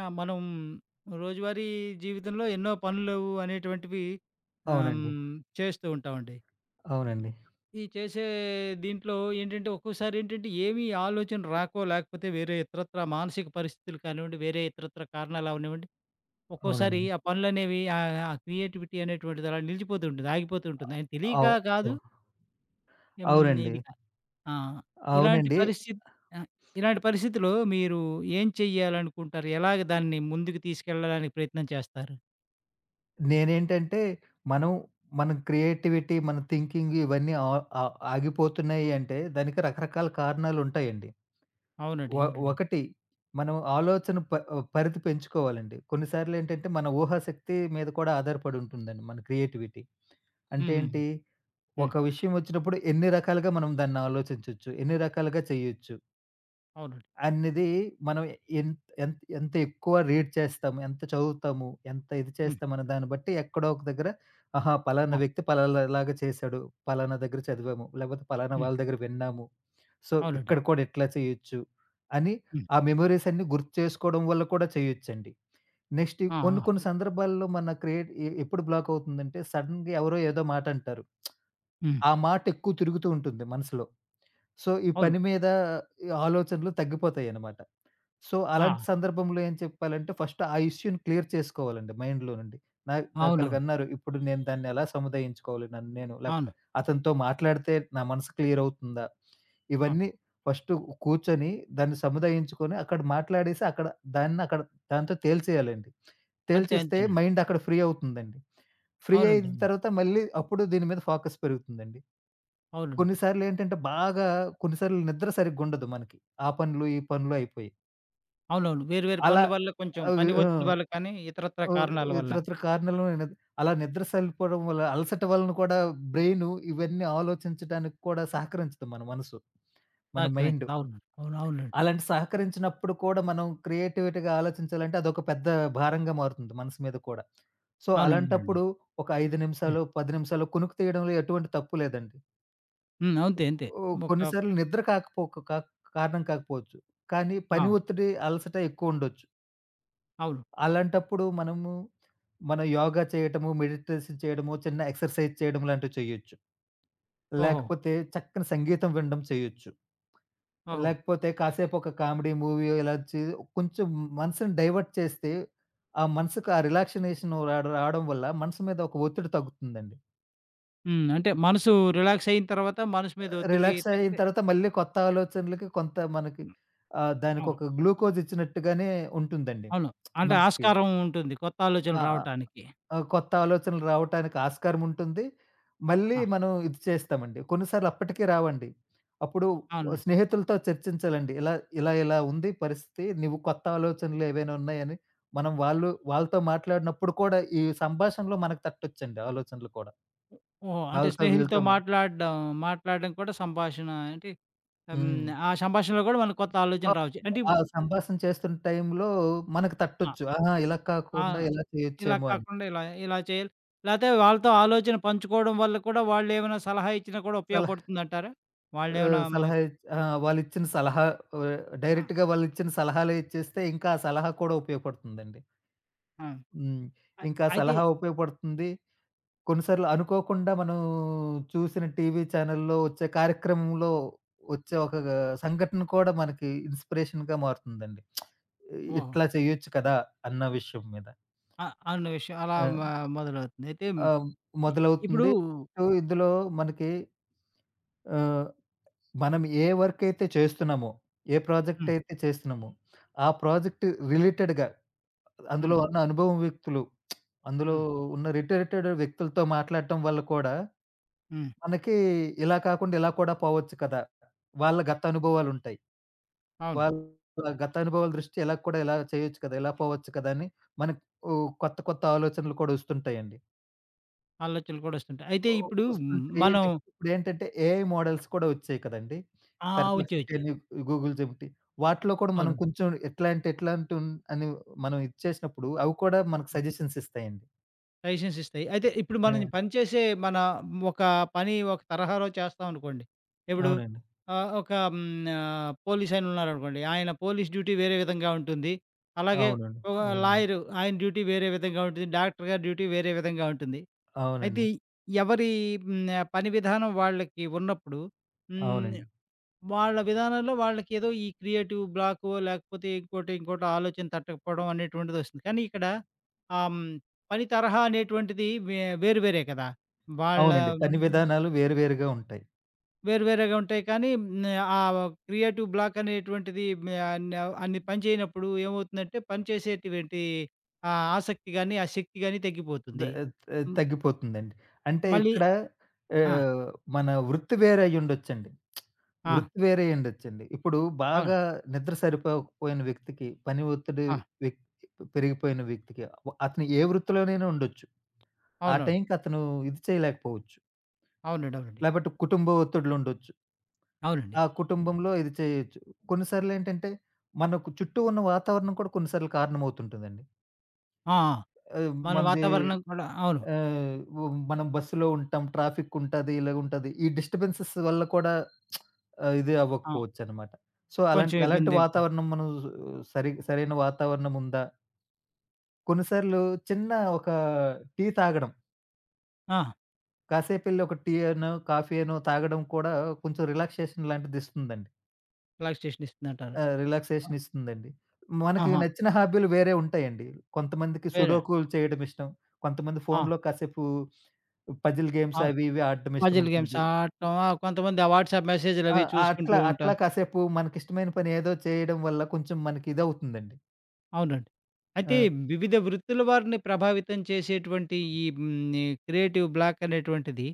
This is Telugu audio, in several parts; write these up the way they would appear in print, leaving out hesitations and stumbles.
ఆ! మనం రోజువారీ జీవితంలో ఎన్నో పనులు అనేటువంటివి ఆహ్, అవునండి. హ్మ్, చేస్తూ ఉంటామండి. హ్మ్. అవునండి. ఈ చేసే దీంట్లో ఏంటంటే, ఒక్కోసారి ఏంటంటే, ఏమీ ఆలోచన రాకో, లేకపోతే వేరే ఇతరత్రా మానసిక పరిస్థితులు కానివ్వండి, వేరే ఇతరత్ర కారణాలు అవనివ్వండి, ఒక్కోసారి అవునండి. ఆ పనులనేవి ఆ క్రియేటివిటీ అనేటువంటిది అలా నిలిచిపోతూ ఉంటుంది. ఆగిపోతూ ఉంటుంది. ఆయన తెలియక అవు కాదు. ఓహ్! హ్మ్. అవునండి. ఇది ఆ! ఇలాంటి అవునండి. పరిస్థితి ఆ! ఇలాంటి పరిస్థితిలో మీరు ఏం చెయ్యాలనుకుంటారు? ఎలాగ దాన్ని ముందుకు తీసుకెళ్ళడానికి ప్రయత్నం చేస్తారు? నేనేంటంటే, మనం మన క్రియేటివిటీ, మన థింకింగ్ ఇవన్నీ ఆగిపోతున్నాయి అంటే దానికి రకరకాల కారణాలుంటాయండి. అవునండి. ఒ అవునండి. ఒకటి మనం ఆలోచన పరిధి పెంచుకోవాలండి. కొన్నిసార్లేంటంటే, మన ఊహాశక్తి మీద కూడా ఆధారపడి ఉంటుందండి మన క్రియేటివిటీ. హ్మ్. అంటే హ్మ్. హ్మ్. ఏంటి? హ్మ్. ఒక విషయం వచ్చినప్పుడు ఎన్ని రకాలుగా మనం దాన్ని ఆలోచించొచ్చు, ఎన్ని రకాలుగా చేయొచ్చు. అవునండి. అన్నది మనం ఎంత ఎంత ఎంత ఎక్కువ రీడ్ చేస్తాము, ఎంత చదువుతాము, ఎంత ఇది హ్మ్. చేస్తాం అనే దాన్ని బట్టి ఎక్కడో ఒక దగ్గర ఆహా! పలానా ఆ! వ్యక్తి పలానాలాగా చేశాడు. పలానా దగ్గర చదివాము. లేకపోతే పలానా హ్మ్. వాళ్ళ దగ్గర విన్నాము. సో, అవునండి. ఇక్కడ కూడా ఇట్లా చేయొచ్చు అని హ్మ్. ఆ మెమోరీస్ అన్నీ గుర్తు చేసుకోవడం వల్ల కూడా చేయొచ్చండి. నెక్స్ట్ ఆ! ఆ! కొన్ని కొన్ని సందర్భాల్లో మన క్రియేట్ ఎప్పుడు బ్లాక్ అవుతుందంటే సడెన్‌గా ఎవరో ఏదో మాట అంటారు. హ్మ్. ఆ మాట ఎక్కువ తిరుగుతూ ఉంటుంది మనసులో. సో, ఈ అవును. పని మీద ఈ ఆలోచనలు తగ్గిపోతాయనమాట. సో, ఆ! అలాంటి సందర్భంలో ఏం చెప్పాలంటే ఫస్ట్ ఆ ఇష్యూని క్లియర్ చేసుకోవాలండి మైండ్‌లో నుండి. నా అవునవును. నాకిలాగన్నారు. ఇప్పుడు నేను దాన్ని ఎలా సముదాయించుకోవాలి నన్ను నేను? లేకపోతే అవును. అతనితో మాట్లాడితే నా మనసు క్లియర్ అవుతుందా? ఆ! ఇవన్నీ ఫస్టు కూర్చొని దాన్ని సముదాయించుకొని అక్కడ మాట్లాడేసి అక్కడ దాన్ని అక్కడ దాంతో తేల్చేయాలండి. అంతే. తేల్చేస్తే అంతేనండి. మైండ్ అక్కడ ఫ్రీ అవుతుందండి. ఫ్రీ అవునండి. అయిన అవును. తర్వాత మళ్ళీ అప్పుడు దీని మీద ఫోకస్ పెరుగుతుందండి. కొన్ని అవునండి. సార్లేంటంటే బాగా కొన్ని సార్లు నిద్ర సరిగ్గుండదు మనకి. ఆ పనులు, ఈ పనులు అయిపోయి. అవునవును. వేరు వేరు అలా పనుల వల్ల కొంచెం అవి పని ఆ! ఒత్తిడి వల్ల కానీ, ఇతరత్ర ఆహ్, కారణాల వల్ల ఇతరితర కారణాల వల్ల అలా నిద్ర సరిపోవడం వల్ల అలసట వలన కూడా బ్రెయిను ఇవన్నీ ఆలోచించడానికి కూడా సహకరించదు మన మనసు. మన మైండు. సహకరించదు. అవును. అవును. అవునండి. అలాంటి సహకరించినప్పుడు కూడా మనం క్రియేటివిటీగా ఆలోచించాలంటే అదొక పెద్ద భారంగా మారుతుంది మనసు మీద కూడా. సో, అవునండి. అవునండి. అలాంటప్పుడు ఒక 5 హ్మ్. నిమిషాలు, 10 నిమిషాలు కునుకు తీయడంలో ఎటువంటి తప్పు లేదండి. హ్మ్. అంతే. అంతే. ఓహ్! ఒక కొన్ని సార్లు నిద్ర కాకపోక కాక్ కారణం కాకపోవచ్చు. కానీ ఆ! పని ఒత్తిడి, అలసట ఎక్కువుండొచ్చు. అవును. అలాంటప్పుడు మనము మన యోగా చేయటము, మెడిటేషన్ చేయడము, చిన్న ఎక్సర్సైజ్ చేయడం లాంటివి చేయొచ్చు. ఓహో! లేకపోతే చక్కని సంగీతం వినడం చేయొచ్చు. ఓహో! లేకపోతే కాసేపు ఒక కామెడీ మూవీయో ఇలా కొంచెం మనసుని డైవర్ట్ చేస్తే, ఆ మనసుకు ఆ రిలాక్సినేషన్ రావడం వల్ల మనసు మీద ఒక ఒత్తిడి తగ్గుతుందండి. హ్మ్. అంటే మనసు రిలాక్స్ అయిన తర్వాత మనసు మీద ఒత్తిడి రిలాక్స్ అయిన తగ్గితే తర్వాత మళ్ళీ కొత్త ఆలోచనలకి కొంత మనకి అవును. దానికొక గ్లూకోజ్ ఇచ్చినట్టుగానే ఉంటుందండి అవును. అంటే మనసుకి. ఆస్కారం ఉంటుంది కొత్త ఆ! ఆలోచనలు రావటానికి. కొత్త ఆలోచనలు రావటానికి ఆస్కారం ఉంటుంది. మళ్ళీ ఆ! మనం ఇది చేస్తామండి. కొన్నిసార్లు అప్పటికి రావండి. అప్పుడు అవును. స్నేహితులతో చర్చించాలండి. ఇలా ఉంది పరిస్థితి. నువ్వు కొత్త ఆలోచనలు ఏవైనా ఉన్నాయని మనం వాళ్ళతో మాట్లాడినప్పుడు కూడా ఈ సంభాషణలో మనకు తట్టొచ్చండి ఆలోచనలు కూడా. ఓహో! అంటే వాళ్ళతో స్నేహితులతో వీళ్ళతో మాట్లాడడం మాట్లాడడం కూడా సంభాషణ అంటే హ్మ్. హ్మ్. ఆ సంభాషణలో కూడా మనకు కొత్త ఆ! ఆలోచనలు రావచ్చు. అంటే ఆ ఇప్పుడు సంభాషణ చేస్తున్న టైంలో మనకు ఆ! తట్టొచ్చు. ఆహా! ఇలా ఆ! కాకుండా ఇలా ఇలా చేయొచ్చేమో అని. కాకుండా ఇలా ఇలా చేయాలి. లేతే వాళ్ళతో ఆలోచన పంచుకోవడం వల్ల కూడా వాళ్ళేమైనా సలహా ఇచ్చినా కూడా సలహా ఉపయోగపడుతుందంటారా? వాళ్ళేమైనా మన సలహా ఇచ్ ఆ! వాళ్ళిచ్చిన సలహా ఆ! డైరెక్ట్‌గా వాళ్ళిచ్చిన సలహాలే ఇచ్చేస్తే ఇంకా ఆ సలహా కూడా ఉపయోగపడుతుందండి. ఆ! హ్మ్. అ ఇంకా ఆ అయితే సలహా ఉపయోగపడుతుంది. కొన్నిసార్లు అనుకోకుండా మనం చూసిన టీవీ ఛానెల్‌లో వచ్చే కార్యక్రమంలో వచ్చే ఒక సంఘటన కూడా మనకి ఇన్‌స్పిరేషన్‌గా మారుతుందండి. ఓహో! ఇట్లా చేయొచ్చు కదా! అన్న విషయం మీద. ఆ! అన్న విషయం అలా ఆ! మొదలవుతుంది. అయితే ఆ! ఇ ఇప్పుడు మొదలవుతుంది. సో, ఇందులో మనకి ఆహ్, మనం ఏ వర్క్ అయితే చేస్తున్నామో, ఏ ప్రాజెక్ట్ హ్మ్. అయితే చేస్తున్నామో, ఆ ప్రాజెక్ట్ రిలేటెడ్‌గా అందులో హ్మ్. ఉన్న అనుభవం వ్యక్తులు, అందులో హ్మ్. ఉన్న రిటరేటెడ్ వ్యక్తులతో మాట్లాడటం వల్ల కూడా హ్మ్. మనకి ఇలా కాకుండా ఇలా కూడా పోవచ్చు కదా! వాళ్ళ గత అనుభవాలుంటాయి. అవును. వాళ్ళ గత అనుభవాల దృష్ట్యా ఇలా కూడా ఇలా చేయొచ్చు కదా! ఇలా పోవచ్చు కదా! అని మనకు ఓ కొత్త కొత్త ఆలోచనలు కూడా వస్తుంటాయండి. ఆలోచనలు కూడా వస్తుంటాయి. అయితే ఓహ్! ఇప్పుడు మ్, వస్తుంటాయి. మనం నెక్స్ట్ ఇప్పుడేంటంటే ఏఐ మోడల్స్ కూడా వచ్చాయి కదండీ. ఆ! వచ్చాయి. పెర్‌ప్లెక్సిటీ వచ్చాయి. అని, గూగుల్ జెమినీ వాటిలో కూడా మనం అవునండి. కొంచెం ఎట్లాంటి ఎట్లాంటి అని మనం ఇది చేసినప్పుడు అవి కూడా మనకు సజెషన్స్ ఇస్తాయండి. సజెషన్స్ ఇస్తాయి. అయితే ఇప్పుడు మనం ఆ! పనిచేసే మన ఒక పని ఒక తరహాలో చేస్తామనుకోండి. ఇప్పుడు అవునండి. ఒక పోలీస్ ఆయన ఉన్నారనుకోండి. ఆయన పోలీస్ డ్యూటీ వేరే విధంగా ఉంటుంది. అలాగే అవునండి. ఒక అవును. లాయరు ఆయన డ్యూటీ వేరే విధంగా ఉంటుంది. డాక్టర్ గారి డ్యూటీ వేరే విధంగా ఉంటుంది. అయితే అవునండి. ఎవరి హ్మ్. పని విధానం వాళ్ళకి ఉన్నప్పుడు హ్మ్. అవునండి. వాళ్ళ విధానంలో వాళ్ళకేదో ఈ క్రియేటివ్ బ్లాకో లేకపోతే ఇంకోటి, ఇంకోటో ఆలోచన తట్టకపోవడం అనేటువంటిదొస్తుంది. కానీ ఇక్కడ ఆహ్, హ్మ్, పని తరహా అనేటువంటిది వేరు వేరే కదా! వాళ్ళ అవునండి. పని విధానాలు వేరు వేరుగా ఉంటాయి. వేరు వేరేగా ఉంటాయి కానీ ఆ క్రియేటివ్ బ్లాక్ అనేటువంటిది మే అన్ అన్ని పని చేయనప్పుడు ఏమవుతుందంటే పని చేసేటువంటి ఆ ఆసక్తి గాని, ఆ శక్తి గాని ద తగ్గిపోతుంది. త హ్మ్, తగ్గిపోతుందండి. అంటే మళ్ళీ ఇక్కడ ఆ! ఆహ్, మన వృత్తి వేరే అయ్యుండొచ్చండి. ఆ! వృత్తి వేరే అయ్యుండొచ్చండి. ఇప్పుడు అవును. బాగా నిద్ర సరిపోకపోయిన వ్యక్తికి, పని ఒత్తిడి ఆ! వ్యక్ పెరిగిపోయిన వ్యక్తికి, అతను ఏ వృత్తిలోనైనా ఉండొచ్చు. ఆ అవునవును. టైంకి అతను ఇది చేయలేకపోవచ్చు. అవునండి. అవునండి. లేపోతే కుటుంబ ఒత్తిడులుండొచ్చు. అవునండి. ఆ కుటుంబంలో ఇది చేయొచ్చు. కొన్నిసార్లేంటంటే, మనకు చుట్టూ ఉన్న వాతావరణం కూడా కొన్నిసార్లు కారణమవుతుంటుందండి. ఆ! ఆ! ఆహ్, మన మనది వాతావరణం కూడా అవును. ఆహ్, వ్ మనం బస్సులో ఉంటాం. ట్రాఫిక్ ఉంటది. ఇలాగుంటది. ఈ డిస్టర్బెన్సెస్ వల్ల కూడా ఇది ఆ! అవ్వకపోవచ్చనమాట. సో, అలాంటి కొంచెం ఎలాంటి ఇబ్బంది పడి వాతావరణం మనం సరైన వాతావరణం ఉందా? కొన్నిసార్లు చిన్న ఒక టీ తాగడం, ఆ! కాసేపెళ్లి ఒక టీ అనో, కాఫీ అనో తాగడం కూడా కొంచెం రిలాక్సేషన్ లాంటిదిస్తుందండి. ప్లేస్టేషన్ ఇస్తుందంటారు. ఆ! రిలాక్సేషన్ ఇస్తుందండి. మనకి ఆహా! నచ్చిన హాబీలు వేరే ఉంటాయండి. కొంతమందికి వేరే సుడోకులు చేయడం ఇష్టం. కొంతమంది ఆ! ఫోనులో కాసేపు పజిల్ గేమ్స్ అవును. అవి ఇవి ఆడడం పజిల్ గేమ్స్ ఇష్టముంటుంది. ఆడటం ఆ! కొంతమంది ఆ వాట్సాప్ మెసేజ్‌లు ఆ! అవి ఆ! చూసుకుంటూ అట్లా, అట్లా ఉంటారు. కాసేపు మనకిష్టమైన పని ఏదో చేయడం వల్ల కొంచెం మనకి ఇదవుతుందండి. అవునండి. ఆ! అయితే వివిధ వృత్తుల వారిని ప్రభావితం చేసేటువంటి ఈ క్రియేటివ్ బ్లాక్ అనేటువంటిది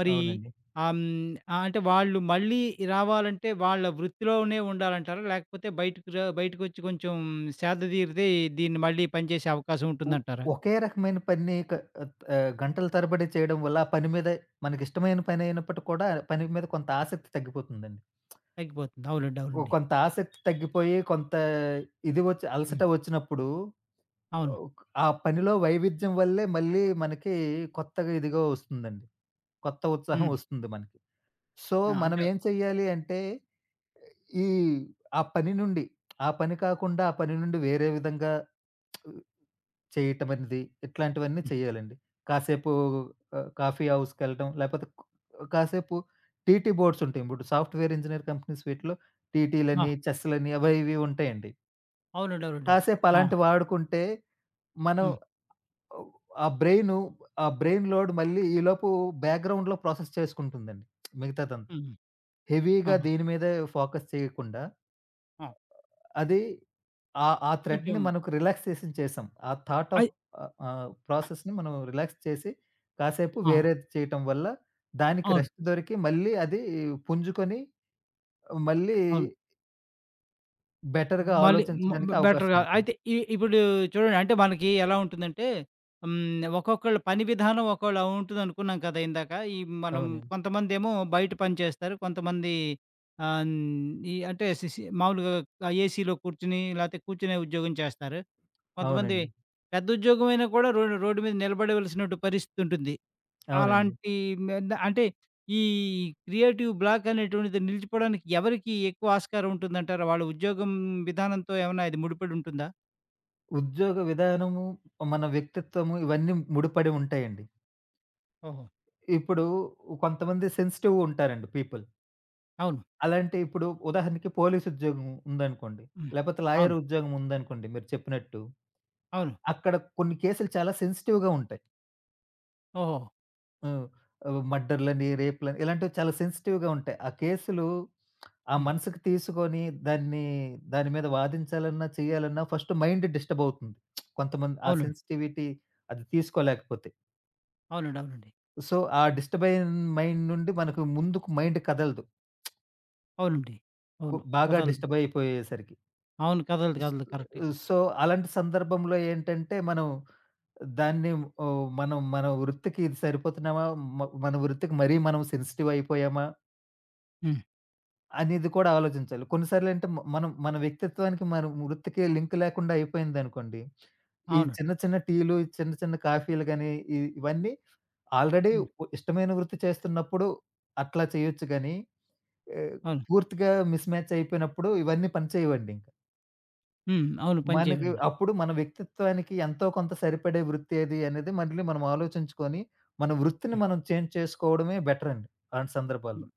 మరి అవునండి. అంటే వాళ్ళు మళ్ళీ రావాలంటే వాళ్ళ వృత్తిలోనే ఉండాలంటారా? లేకపోతే బయటకు బయటకొచ్చి కొంచెం సేద తీరితే దీన్ని మళ్ళీ పనిచేసే అవకాశం ఒ ఉంటుందంటారా? ఒకే రకమైన పని గంటల తరబడి చేయడం వల్ల ఆ పని మీద మనకిష్టమైన పనైనప్పటికి కూడా పని మీద కొంత ఆసక్తి తగ్గిపోతుందండి. తగ్గిపోతుంది. అవునండి. అవునండి. కొంత ఆసక్తి తగ్గిపోయి కొంత ఇది వచ్చి అలసట హ్మ్. వచ్చినప్పుడు అవును. ఆ పనిలో వైవిధ్యం వల్లే మళ్ళీ మనకి కొత్తగా ఇదిగా వస్తుందండి. కొత్త ఉత్సాహం హ్మ్. వస్తుంది మనకి. సో, ఆ! మనం అంటే ఏం చెయ్యాలి అంటే ఈ ఆ పని నుండి, ఆ పని కాకుండా, ఆ పని నుండి వేరే విధంగా చేయటం అనేది, ఇట్లాంటివన్నీ హ్మ్. చేయాలండి. కాసేపు కాఫీ హౌస్‌కెళ్ళటం, లేపోతే కాసేపు టీటీ బోర్డ్స్ ఉంటాయి. ఇప్పుడు సాఫ్ట్‌వేర్ ఇంజినీర్ కంపెనీస్ వీటిలో ఆ! టీటీలని, చెస్‌లని అవి ఇవి ఉంటాయండి. అవునండి. అవునండి. కాసేపు ఆ! అలాంటివి ఆడుకుంటే, మనం హ్మ్. ఆ బ్రెయిను, ఆ బ్రెయిన్ లోడ్ మళ్ళీ ఈలోపు బ్యాక్‌గ్రౌండ్‌లో ప్రాసెస్ చేసుకుంటుందండి మిగతాదంతా. హ్మ్. హెవీగా ఆహా! దీని మీదే ఫోకస్ చేయకుండా ఆ! అది ఆ ఆ థ్రెడ్‌ని కొంచెం మనకు రిలాక్సేషన్ చేసాం. ఆ థాట్ ఆఫ్ అయి ఆహ్, ఆహ్, ప్రాసెస్‌ని మనం రిలాక్స్ చేసి, కాసేపు ఆ! వేరేది చేయటం వల్ల దానికి అవును. రెస్ట్ దొరికి మళ్ళీ అది పుంజుకొని మళ్ళీ అవును. బెటర్‌గా మళ్ళీ మ ఆలోచించడానికి బె అవకాశం బెటర్‌గా ఉంటుంది. అయితే ఇప్పుడు చూడండి అంటే మనకి ఎలా ఉంటుందంటే హ్మ్. ఒక్కొక్కళ్ళ పని విధానం ఒక్కోలా ఉంటుందనుకున్నాం కదా! ఇందాక. ఈ మనం అవునండి. కొంతమందేమో బయట పని చేస్తారు. కొంతమంది ఆహ్, హ్మ్. ఈ అంటే సిసి మామూలుగా ఏసీలో కూర్చొని లేకపోతే కూర్చునే ఉద్యోగం చేస్తారు. కొంతమంది అవునండి. పెద్ద ఉద్యోగం అయినా కూడా రోడ్డు మీద నిలబడవలసినటు పరిస్థితి ఉంటుంది. అవునండి. అలాంటి అంటే ఈ క్రియేటివ్ బ్లాక్ అనేటువంటిది నిలిచిపోవడానికి ఎవరికి ఎక్కువ ఆస్కారం ఉంటుందంటారు? వాళ్ళ ఉద్యోగం విధానంతో ఏమన్నా ఇది ముడిపడి ఉంటుందా? ఉద్యోగ విధానము, మన వ్యక్తిత్వము ఇవన్నీ ముడిపడి ఉంటాయండి. ఓహో! ఇప్పుడు కొంతమంది సెన్సిటివ్ ఉంటారండి పీపుల్. అవును. అలాంటి ఇప్పుడు ఉదాహరణకి పోలీస్ ఉద్యోగం ఉందనుకోండి. హ్మ్. లేపోతే లాయర్ అవును. ఉద్యోగం ఉందనుకోండి మీరు చెప్పినట్టు. అవును. అక్కడ కొన్ని కేసులు చాలా సెన్సిటివ్‌గా ఉంటాయి. ఓహో! హ్మ్. మర్డర్‌లని, రేప్‌లని ఇలాంటివి చాలా సెన్సిటివ్‌గా ఉంటాయి. ఆ కేసులు ఆ హ్మ్. మనసుకి తీసుకొని దాన్ని దాని మీద వాదించాలన్నా, చేయాలన్నా ఫస్ట్ మైండ్ డిస్టర్బ్ అవుతుంది. కొంతమంది ఆ అవునండి. సెన్సిటివిటీ అది తీసుకోలేకపోతే. అవునండి. అవునండి. సో, ఆ డిస్టర్బ్ అయిన మైండ్ నుండి మనకు ముందుకు మైండ్ కదలదు. అవునండి. అవును. బాగా కదలదు. డిస్టర్బ్ అయిపోయేసరికి. అవును. కదలదు. స్ కదలదు. కరెక్టే. సో, అలాంటి సందర్భంలో ఏంటంటే, మనం దాన్ని ఓహ్, మనం మన వృత్తికి ఇది సరిపోతున్నామా? మన వృత్తికి మరీ మనం సెన్సిటివ్ అయిపోయామా? హ్మ్. అనేది కూడా ఆలోచించాలి. కొన్నిసార్లు అంటే మనం మన వ్యక్తిత్వానికి, మన వృత్తికి లింక్ లేకుండా అయిపోయిందనుకోండి, ఈ అవును. చిన్న చిన్న టీలు, ఈ చిన్న చిన్న కాఫీలు గాని, ఇవన్నీ ఆల్రెడీ హ్మ్. ఇష్టమైన వృత్తి చేస్తున్నప్పుడు అట్లా చేయొచ్చు గానీ, ఆహ్, అవును. పూర్తిగా మిస్ మ్యాచ్ అయిపోయినప్పుడు ఇవన్నీ పనిచేయవండి. హ్మ్. అవును. పని మనకు చేయవండి. అప్పుడు మన వ్యక్తిత్వానికి ఎంతో కొంత సరిపడే వృత్తి ఏది అనేది మళ్ళీ మనం ఆలోచించుకొని, మన వృత్తిని హ్మ్. మనం చేంజ్ చేసుకోవడమే బెటర్ అండి. అలాంటి సందర్భాల్లో. హ్మ్.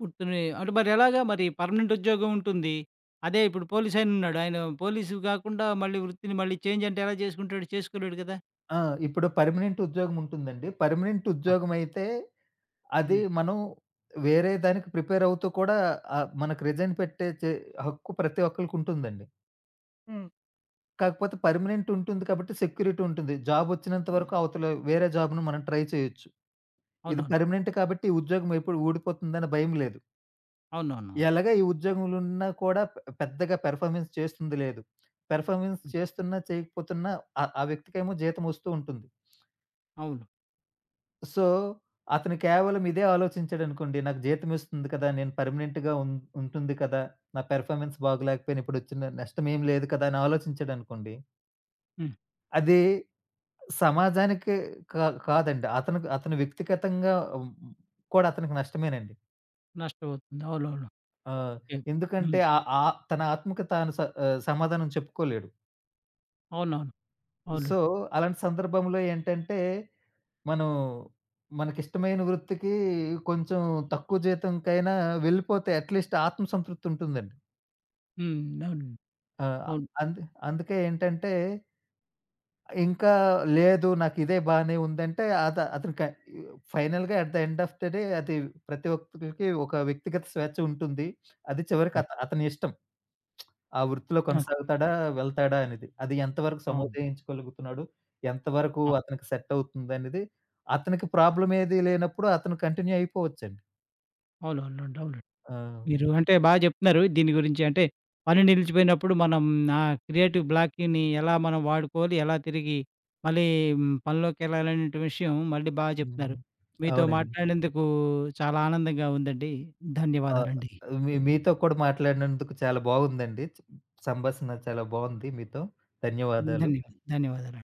పుట్టుని అంటే మరెలాగా మరి పర్మనెంట్ ఉద్యోగం ఉంటుంది. అదే ఇప్పుడు పోలీస్ ఆయనున్నాడు. ఆయన పోలీసు కాకుండా మళ్ళీ వృత్తిని మళ్ళీ చేంజ్ అంటే ఎలా చేసుకుంటాడు? చేసుకోలేడు కదా! ఆ! ఇప్పుడు పర్మనెంట్ ఉద్యోగం ఉంటుందండి. పర్మనెంట్ ఆ! ఉద్యోగం అయితే అది హ్మ్. మనం వేరే దానికి ప్రిపేర్ అవుతూ కూడా మనకు రిజైన్ పెట్టే హక్కు ప్రతి ఒక్కళ్ళకి ఉంటుందండి. హ్మ్. కాకపోతే పర్మనెంట్ ఉంటుంది కాబట్టి సెక్యూరిటీ ఉంటుంది. జాబ్ వచ్చినంత వరకు అవతల వేరే జాబ్‌ని మనం ట్రై చేయొచ్చు. ఇది అవునవును. పర్మనెంట్ కాబట్టి ఈ ఉద్యోగం ఎప్పుడు ఊడిపోతుందనే భయం లేదు. అవునవునవును. ఎలాగా ఈ ఉద్యోగంలున్నా కూడా పెద్దగా పెర్‌ఫార్మెన్స్ చేస్తుంది లేదు. పెర్‌ఫార్మెన్స్ హ్మ్. చేస్తున్నా, చేయకపోతున్నా ఆ ఆ వ్యక్తికేమో జీతం వస్తూ ఉంటుంది. అవును. సో, అతను కేవలం ఇదే ఆలోచించాడనుకోండి. నాకు జీతం ఇస్తుంది కదా! నేను పర్మనెంట్‌గా ఉంటుంది కదా! నా పెర్‌ఫార్మెన్స్ బాగోలేకపోయినా ఇప్పుడొచ్చిన నష్టమేం లేదు కదా! అని ఆలోచించాడనుకోండి. హ్మ్. అది సమాజానికి కాదండి. అతనికి అతను వ్యక్తిగతంగా కూడా అతనికి నష్టమేనండి. నష్టపోతుంది. అవునవును. ఆ! ఓకే. ఎందుకంటే హ్మ్. ఆహ్, ఆహ్, తన ఆత్మకు తాను సమాధానం చెప్పుకోలేడు. అవునవును. సో, అవునండి. అలాంటి సందర్భంలో ఏంటంటే, మనం మనకిష్టమైన వృత్తికి కొంచెం తక్కువ జీతంకైనా వెళ్ళిపోతే అట్‌లీస్ట్ ఆత్మ సంతృప్తి ఉంటుందండి. హ్మ్. అవునండి. ఆ! అవును. అందు అందుకే ఏంటంటే, ఇంకా లేదు నాకిదే బానే ఉందంటే అత అతనిక ఫైనల్‌గా at the end of the day అది ప్రతి ఒక్కరికి ఒక వ్యక్తిగత స్వేచ్ఛ ఉంటుంది. అది చివరికి హ్మ్. అతని ఇష్టం. ఆ వృత్తిలో ఆ! కొనసాగుతాడా? వెళ్తాడా అనేది. అది ఎంతవరకు అవును. సముదాయించుకోగలుగుతున్నాడు? ఎంతవరకు ఆ! అతనికి సెట్ అవుతుందనేది అతనికి ప్రాబ్లమ్ ఏది లేనప్పుడు అతను కంటిన్యూ అయిపోవచ్చండి. అవునవునండి. అవునండి. ఆ! మీరు అంటే బాగా చెప్తున్నారు దీని గురించి. అంటే పని నిలిచిపోయినప్పుడు మనం ఆ క్రియేటివ్ బ్లాక్‌ని ఎలా మనం వాడుకోవాలి, ఎలా తిరిగి మళ్ళీ పనిలోకెళ్ళాలనే విషయం మళ్ళీ బాగా హ్మ్. చెప్తున్నారు. మీతో అవునండి. మాట్లాడినందుకు చాలా ఆనందంగా ఉందండి. ఆ! ధన్యవాదాలండి. మీతో కూడా మాట్లాడినందుకు చాలా బాగుందండి. సంభాషణ చాలా బాగుంది మీతో. ధన్యవాదాలు. ధన్యవాదాలు. ధన్యవాదాలు.